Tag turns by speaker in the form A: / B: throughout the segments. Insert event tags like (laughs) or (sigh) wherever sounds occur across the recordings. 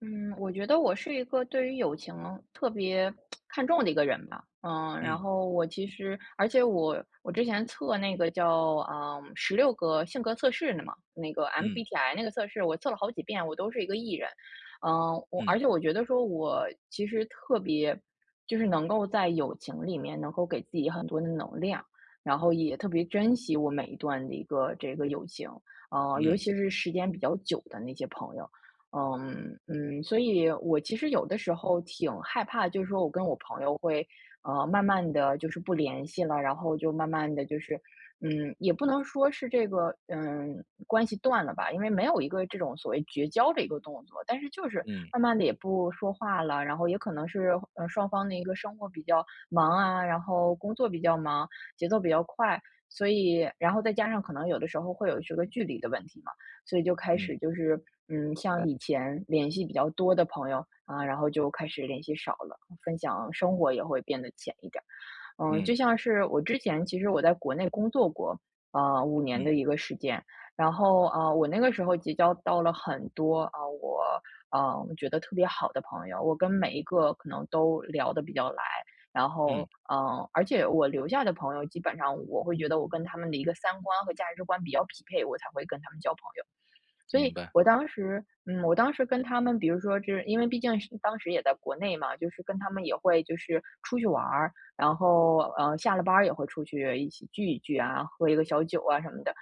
A: 嗯，我觉得我是一个对于友情特别看重的一个人吧，然
B: 嗯
A: 后我其实，而且我我之前测那个叫16个性格测试的嘛，那个
B: 嗯
A: MBTI 那个测试，我测了好几遍，我都是一个 E 人，我而
B: 嗯
A: 且我觉得说我其实特别就是能够在友情里面能够给自己很多的能量，然后也特别珍惜我每一段的一个这个友情，尤
B: 嗯
A: 其是时间比较久的那些朋友。所以我其实有的时候挺害怕，就是说我跟我朋友会，慢慢的就是不联系了，然后就慢慢的就是，也不能说是这个，关系断了吧，因为没有一个这种所谓绝交的一个动作，但是就是
B: 嗯
A: 慢慢的也不说话了，然后也可能是，双方的一个生活比较忙啊，然后工作比较忙，节奏比较快，所以然后再加上可能有的时候会有这个距离的问题嘛。所以就开始
B: 嗯
A: 就是，像以前联系比较多的朋友啊，然后就开始联系少了，分享生活也会变得浅一点儿。
B: 嗯
A: 就像是我之前其实我在国内工作过5年的
B: 嗯，
A: 一个时间，然后，我那个时候结交到了很多啊，我觉得特别好的朋友，我跟每一个可能都聊得比较来，然后
B: 嗯，
A: 而且我留下的朋友基本上我会觉得我跟他们的一个三观和价值观比较匹配，我才会跟他们交朋友。所以
B: 明白，
A: 我当时跟他们，比如说，就是因为毕竟是当时也在国内嘛，就是跟他们也会就是出去玩儿，然后，下了班儿也会出去一起聚一聚啊，喝一个小酒啊什么的。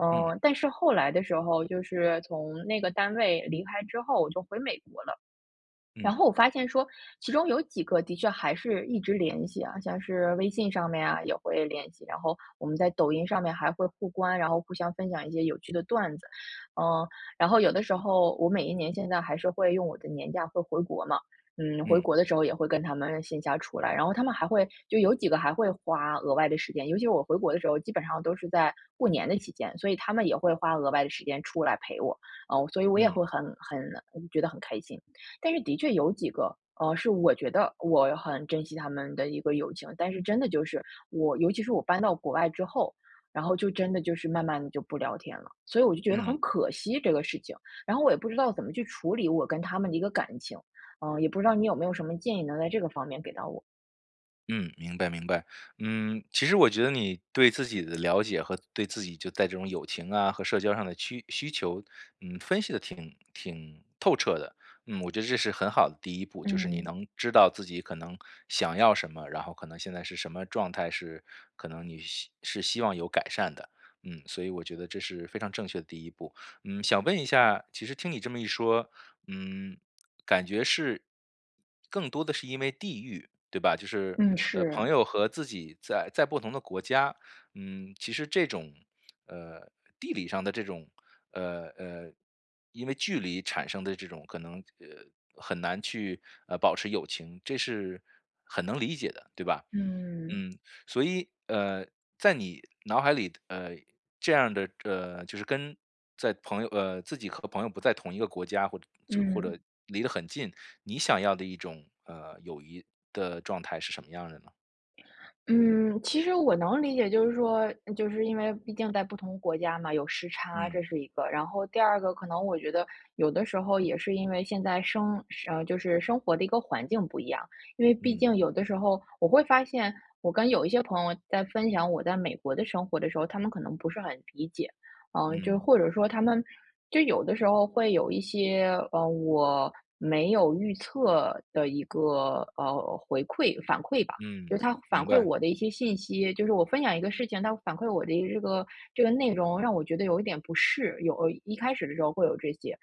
B: 嗯
A: 但是后来的时候，就是从那个单位离开之后，我就回美国了。然
B: 嗯
A: 后我发现说，其中有几个的确还是一直联系啊，像是微信上面啊也会联系，然后我们在抖音上面还会互关，然后互相分享一些有趣的段子，嗯，然后有的时候我每一年现在还是会用我的年假会回国嘛，回
B: 嗯
A: 国的时候也会跟他们线下出来，然后他们还会就有几个还会花额外的时间，尤其是我回国的时候，基本上都是在过年的期间，所以他们也会花额外的时间出来陪我，哦，所以我也
B: 嗯
A: 会很很觉得很开心。但是的确有几个，是我觉得我很珍惜他们的一个友情，但是真的就是尤其是我搬到国外之后，然后就真的就是慢慢的就不聊天了，所以我就觉得
B: 嗯。
A: 很可惜这个事情，然后我也不知道怎么去处理我跟他们的一个感情，也不知道你有没有什么建议能在这个方面给到我？
B: 嗯，明白明白。嗯，其实我觉得你对自己的了解和对自己就在这种友情啊和社交上的需求，嗯，分析的挺透彻的。嗯，我觉得这是很好的第一步，就是你
A: 嗯
B: 能知道自己可能想要什么，然后可能现在是什么状态是可能你希望有改善的。嗯，所以我觉得这是非常正确的第一步。嗯，想问一下，其实听你这么一说，嗯。感觉是更多的是因为地域，对吧？就是
A: 嗯，是，
B: 朋友和自己在不同的国家，嗯，其实这种呃地理上的这种呃呃，因为距离产生的这种可能很难去保持友情，这是很能理解的，对吧？
A: 嗯
B: 嗯，所以，在你脑海里，这样的，就是跟在朋友，自己和朋友不在同一个国家，或
A: 嗯。
B: 者离得很近，你想要的一种，友谊的状态是什么样的呢？
A: 嗯，其实我能理解，就是说，就是因为毕竟在不同国家嘛，有时差，这
B: 嗯
A: 是一个。然后第二个，可能我觉得有的时候也是因为现在就是生活的一个环境不一样。因为毕
B: 嗯
A: 竟有的时候我会发现，我跟有一些朋友在分享我在美国的生活的时候，他们可能不是很理解，就
B: 嗯
A: 或者说他们就有的时候会有一些，我没有预测的一个反馈吧。就
B: 嗯，
A: 是他反
B: 明
A: 馈
B: 白，
A: 我的一些信息，就是我分享一个事情，他反馈我的一这个这个内容，让我觉得有一点不适，一开始的时候会有这些，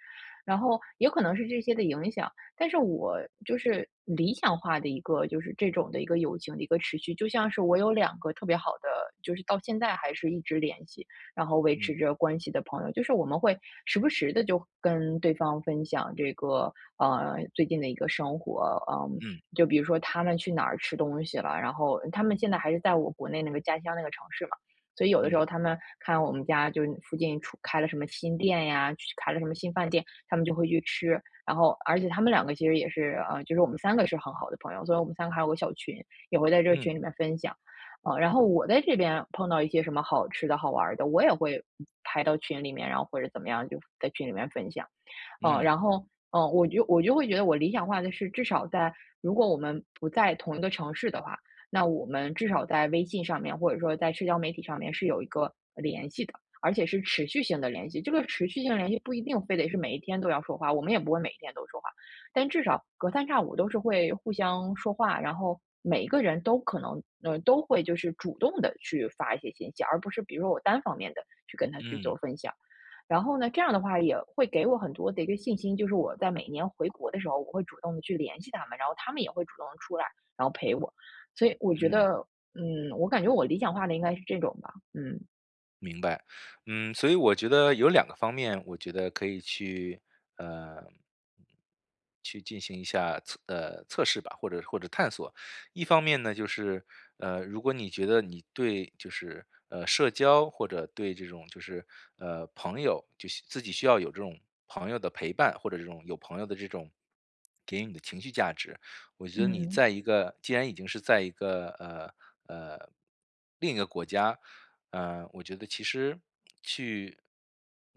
A: 然后也可能是这些的影响，但是我就是理想化的一个就是这种的一个友情的一个持续，就像是我有两个特别好的，就是到现在还是一直联系，然后维
B: 嗯
A: 持着关系的朋友，就是我们会时不时的就跟对方分享这个最近的一个生活，嗯，
B: 嗯
A: 就比如说他们去哪儿吃东西了，然后他们现在还是在我国内那个家乡那个城市嘛，所以有的时
B: 嗯
A: 候他们看我们家就是附近出开了什么新店呀，去开了什么新饭店，他们就会去吃。然后，而且他们2个其实也是，就是我们三个是很好的朋友，所以我们三个还有个小群，也会在这个
B: 嗯
A: 群里面分享。然后我在这边碰到一些什么好吃的好玩儿的，我也会拍到群里面，然后或者怎么样，就在群里面分享。
B: 嗯
A: 然后，我就会觉得我理想化的是，至少在如果我们不在同一个城市的话，那我们至少在微信上面，或者说在社交媒体上面是有一个联系的，而且是持续性的联系。这个持续性的联系不一定非得是每一天都要说话，我们也不会每一天都说话，但至少隔三差五都是会互相说话，然后每一个人都可能，都会就是主动的去发一些信息，而不是比如说我单方面的去跟他去做
B: 嗯。
A: 分享。然后呢，这样的话也会给我很多的一个信心，就是我在每年回国的时候，我会主动的去联系他们，然后他们也会主动地出来，然后陪我。所以我觉得，我感觉我理想化的应该是这种吧，嗯。
B: 明白，嗯，所以我觉得有两个方面，我觉得可以去，呃，去进行一下测试吧，或者探索。一方面呢，就是如果你觉得你对就是社交或者对这种就是朋友，就是自己需要有这种朋友的陪伴，或者这种有朋友的这种给予你的情绪价值，我觉得你
A: 嗯
B: 在一个既然已经是在一个呃另一个国家，我觉得其实去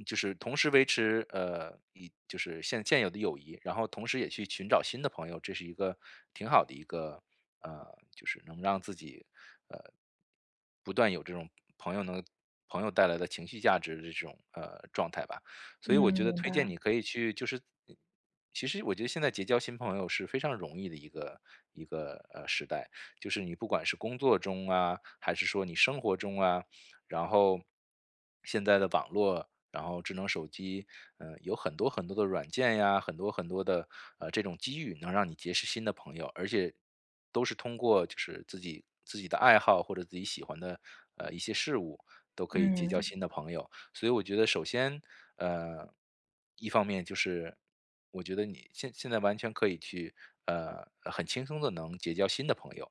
B: 就是同时维持呃，以就是现现有的友谊，然后同时也去寻找新的朋友，这是一个挺好的一个呃，就是能让自己呃不断有这种朋友能朋友带来的情绪价值的这种状态吧。所以
A: 嗯，
B: 我觉得
A: 明
B: 推荐
A: 白，
B: 你可以去其实我觉得现在结交新朋友是非常容易的一个时代，就是你不管是工作中啊，还是说你生活中啊，然后现在的网络，然后智能手机，嗯，有很多很多的软件呀，很多很多的这种机遇，能让你结识新的朋友，而且都是通过就是自己的爱好或者自己喜欢的一些事物，都可以结交
A: 嗯。
B: 新的朋友。所以我觉得，首先，呃，一方面就是我觉得你现在完全可以去很轻松的能结交新的朋友，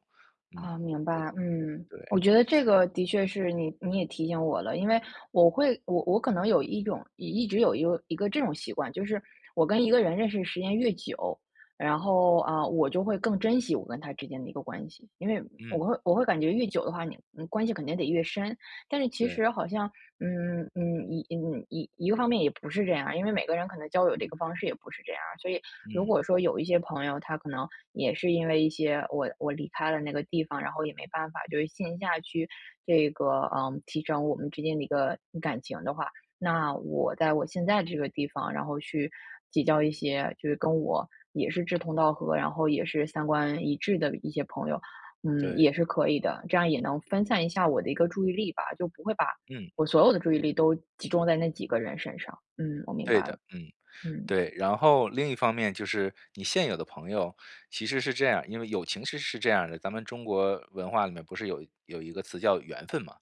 B: 嗯，
A: 啊，明白，
B: 对，
A: 我觉得这个的确是你也提醒我了，因为我会我我可能有一种一直有一个这种习惯，就是我跟一个人认识时间越久，然后啊，我就会更珍惜我跟他之间的一个关系，因为我
B: 嗯，
A: 会我会感觉越久的话，关系肯定得越深，但是其
B: 对，
A: 实好像嗯嗯一嗯一一个方面也不是这样，因为每个人可能交友这个方式也不是这样，所以如
B: 嗯，
A: 果说有一些朋友，他可能也是因为一些我离开了那个地方，然后也没办法，就是线下去这个提升我们之间的一个感情的话，那我在我现在这个地方，然后去结交一些就是跟我也是志同道合，然后也是三观一致的一些朋友，也
B: 对，
A: 是可以的，这样也能分散一下我的一个注意力吧，就不会把
B: 嗯。
A: 我所有的注意力都集中在那几个人身上。嗯，我明
B: 对
A: 白了。
B: 的，嗯，
A: 嗯
B: 对。然后另一方面就是你现有的朋友其实是这样，因为友情其实是这样的，咱们中国文化里面不是有一个词叫缘分嘛，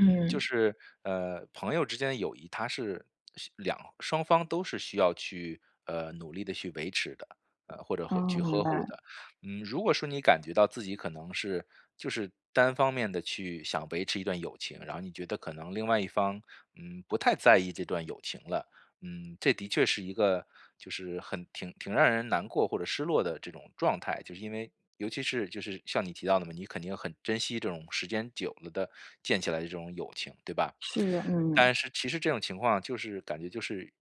B: 嗯，就是朋友之间的友谊，它是双方都是需要去努力的去维持的，或者和
A: 哦，
B: 去
A: 明
B: 呵护
A: 白。
B: 的。嗯，如果说你感觉到自己可能是就是单方面的去想维持一段友情，然后你觉得可能另外一方嗯不太在意这段友情了。嗯，这的确是一个就是很让人难过或者失落的这种状态，就是因为尤其是就是像你提到的嘛，你肯定很珍惜这种时间久了的建起来的这种友情，对吧？
A: 是，嗯，
B: 但是其实这种情况就是感觉就是，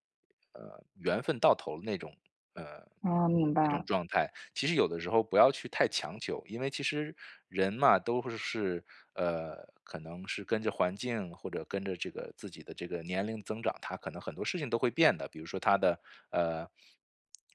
B: 缘分到头了那种，呃，
A: 啊，明
B: 那
A: 白，
B: 种状态。其实有的时候不要去太强求，因为其实人嘛都是，可能是跟着环境或者跟着这个自己的这个年龄增长，他可能很多事情都会变的。比如说他的，呃。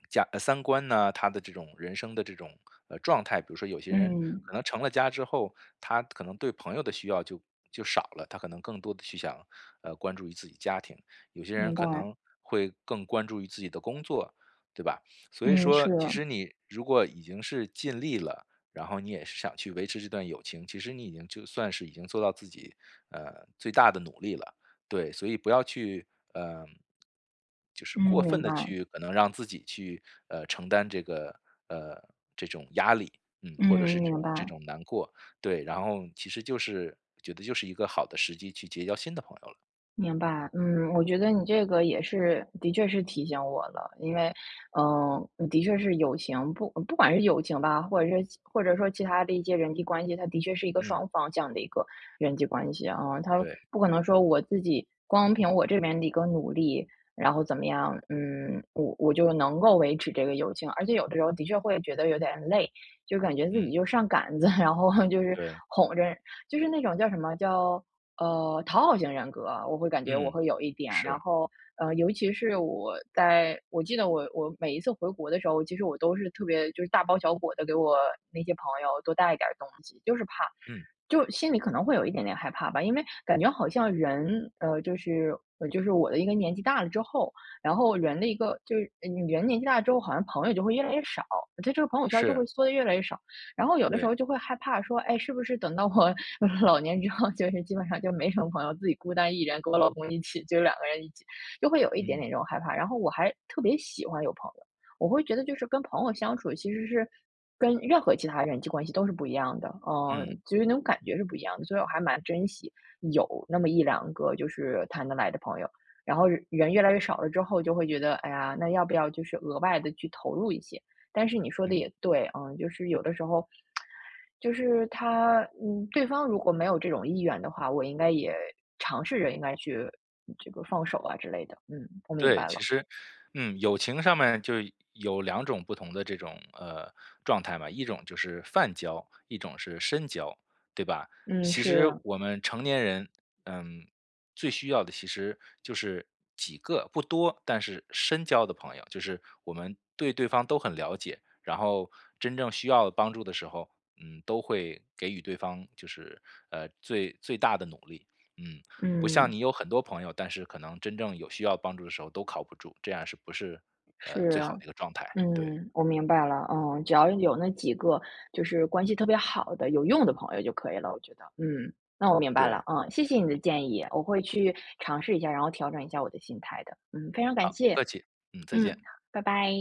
B: 三观呢，他的这种人生的这种，状态，比如说有些人
A: 嗯，
B: 可能成了家之后，他可能对朋友的需要就少了，他可能更多的去想，关注于自己家庭。有些人
A: 明
B: 可
A: 白，
B: 能会更关注于自己的工作，对吧？所以
A: 嗯，
B: 说其
A: 是，
B: 实你如果已经是尽力了，然后你也是想去维持这段友情，其实你已经就算是已经做到自己，最大的努力了。对，所以不要去，嗯，就是
A: 嗯，
B: 过分
A: 明
B: 的
A: 白，
B: 去可能让自己去，承担这个，呃，这种压力，嗯，或者
A: 嗯，
B: 是这
A: 明
B: 种这
A: 白。
B: 种难过，对。然后其实就是觉得就是一个好的时机去结交新的朋友了。
A: 明白，我觉得你这个也是，的确是提醒我了，因为，的确是友情，不管是友情吧，或者说其他的一些人际关系，它的确是一个
B: 嗯，
A: 双方向的一个人际关系啊，它
B: 对，
A: 不可能说我自己光凭我这边的一个努力，然后怎么样，我就能够维持这个友情，而且有的时候的确会觉得有点累，就感觉自己
B: 嗯，
A: 就上杆子，(laughs) 然后就是
B: 对，
A: 哄着，就是那种叫什么叫。讨好型人格，我会感觉我
B: 嗯，
A: 会有一点，然
B: 是，
A: 后，尤其是我记得我每一次回国的时候，其实我都是特别就是大包小裹的给我那些朋友多带一点儿东西，就是怕，
B: 嗯，
A: 就心里可能会有一点点害怕吧，因为感觉好像人，就是我的一个年纪大了之后，然后人的一个就是呃人年纪大了之后，好像朋友就会越来越少，他这个朋友圈就
B: 是，
A: 会缩的越来越少。然后有的时
B: 对，
A: 候就会害怕说，哎，是不是等到我 (laughs) 老年之后，就是基本上就没什么朋友，自己孤单一人，跟我老公一起，就2个人一起，就会有一点
B: 嗯，
A: 点这种害怕。然后我还特别喜欢有朋友，我会觉得就是跟朋友相处其实是。跟任何其他人际关系都是不一样的，
B: 嗯，
A: 就是那种感觉是不一样的，所以我还蛮珍惜有那么一两个就是谈得来的朋友。然后人越来越少了之后，就会觉得，哎呀，那要不要就是额外的去投入一些？但是你说的
B: 嗯。
A: 也对，就是有的时候，就是他，嗯，对方如果没有这种意愿的话，我应该也尝试着应该去这个放手啊之类的。嗯，我明
B: 对，
A: 白了。
B: 其实，嗯，友情上面就有两种不同的这种状态嘛，一种就是泛交，一种是深交，对吧？
A: 嗯，
B: 其实
A: 是，
B: 我们成年人，嗯，最需要的其实就是几个不多，但是深交的朋友，就是我们对对方都很了解，然后真正需要帮助的时候，嗯，都会给予对方就是最大的努力，嗯。不像
A: 嗯，
B: 你有很多朋友，但是可能真正有需要帮助的时候都靠不住，这样是不是最
A: 是，
B: 好的一个状态？对
A: 嗯，我明白了，只要有那几个就是关系特别好的、有用的朋友就可以了，我觉得，那我明白
B: 对，
A: 了，嗯，谢谢你的
B: 嗯，
A: 建议，我会去尝试一下，然后调整一下我的心态的，非常感
B: 好，不
A: 谢，
B: 客气，嗯，再
A: 嗯，
B: 见。
A: 拜拜。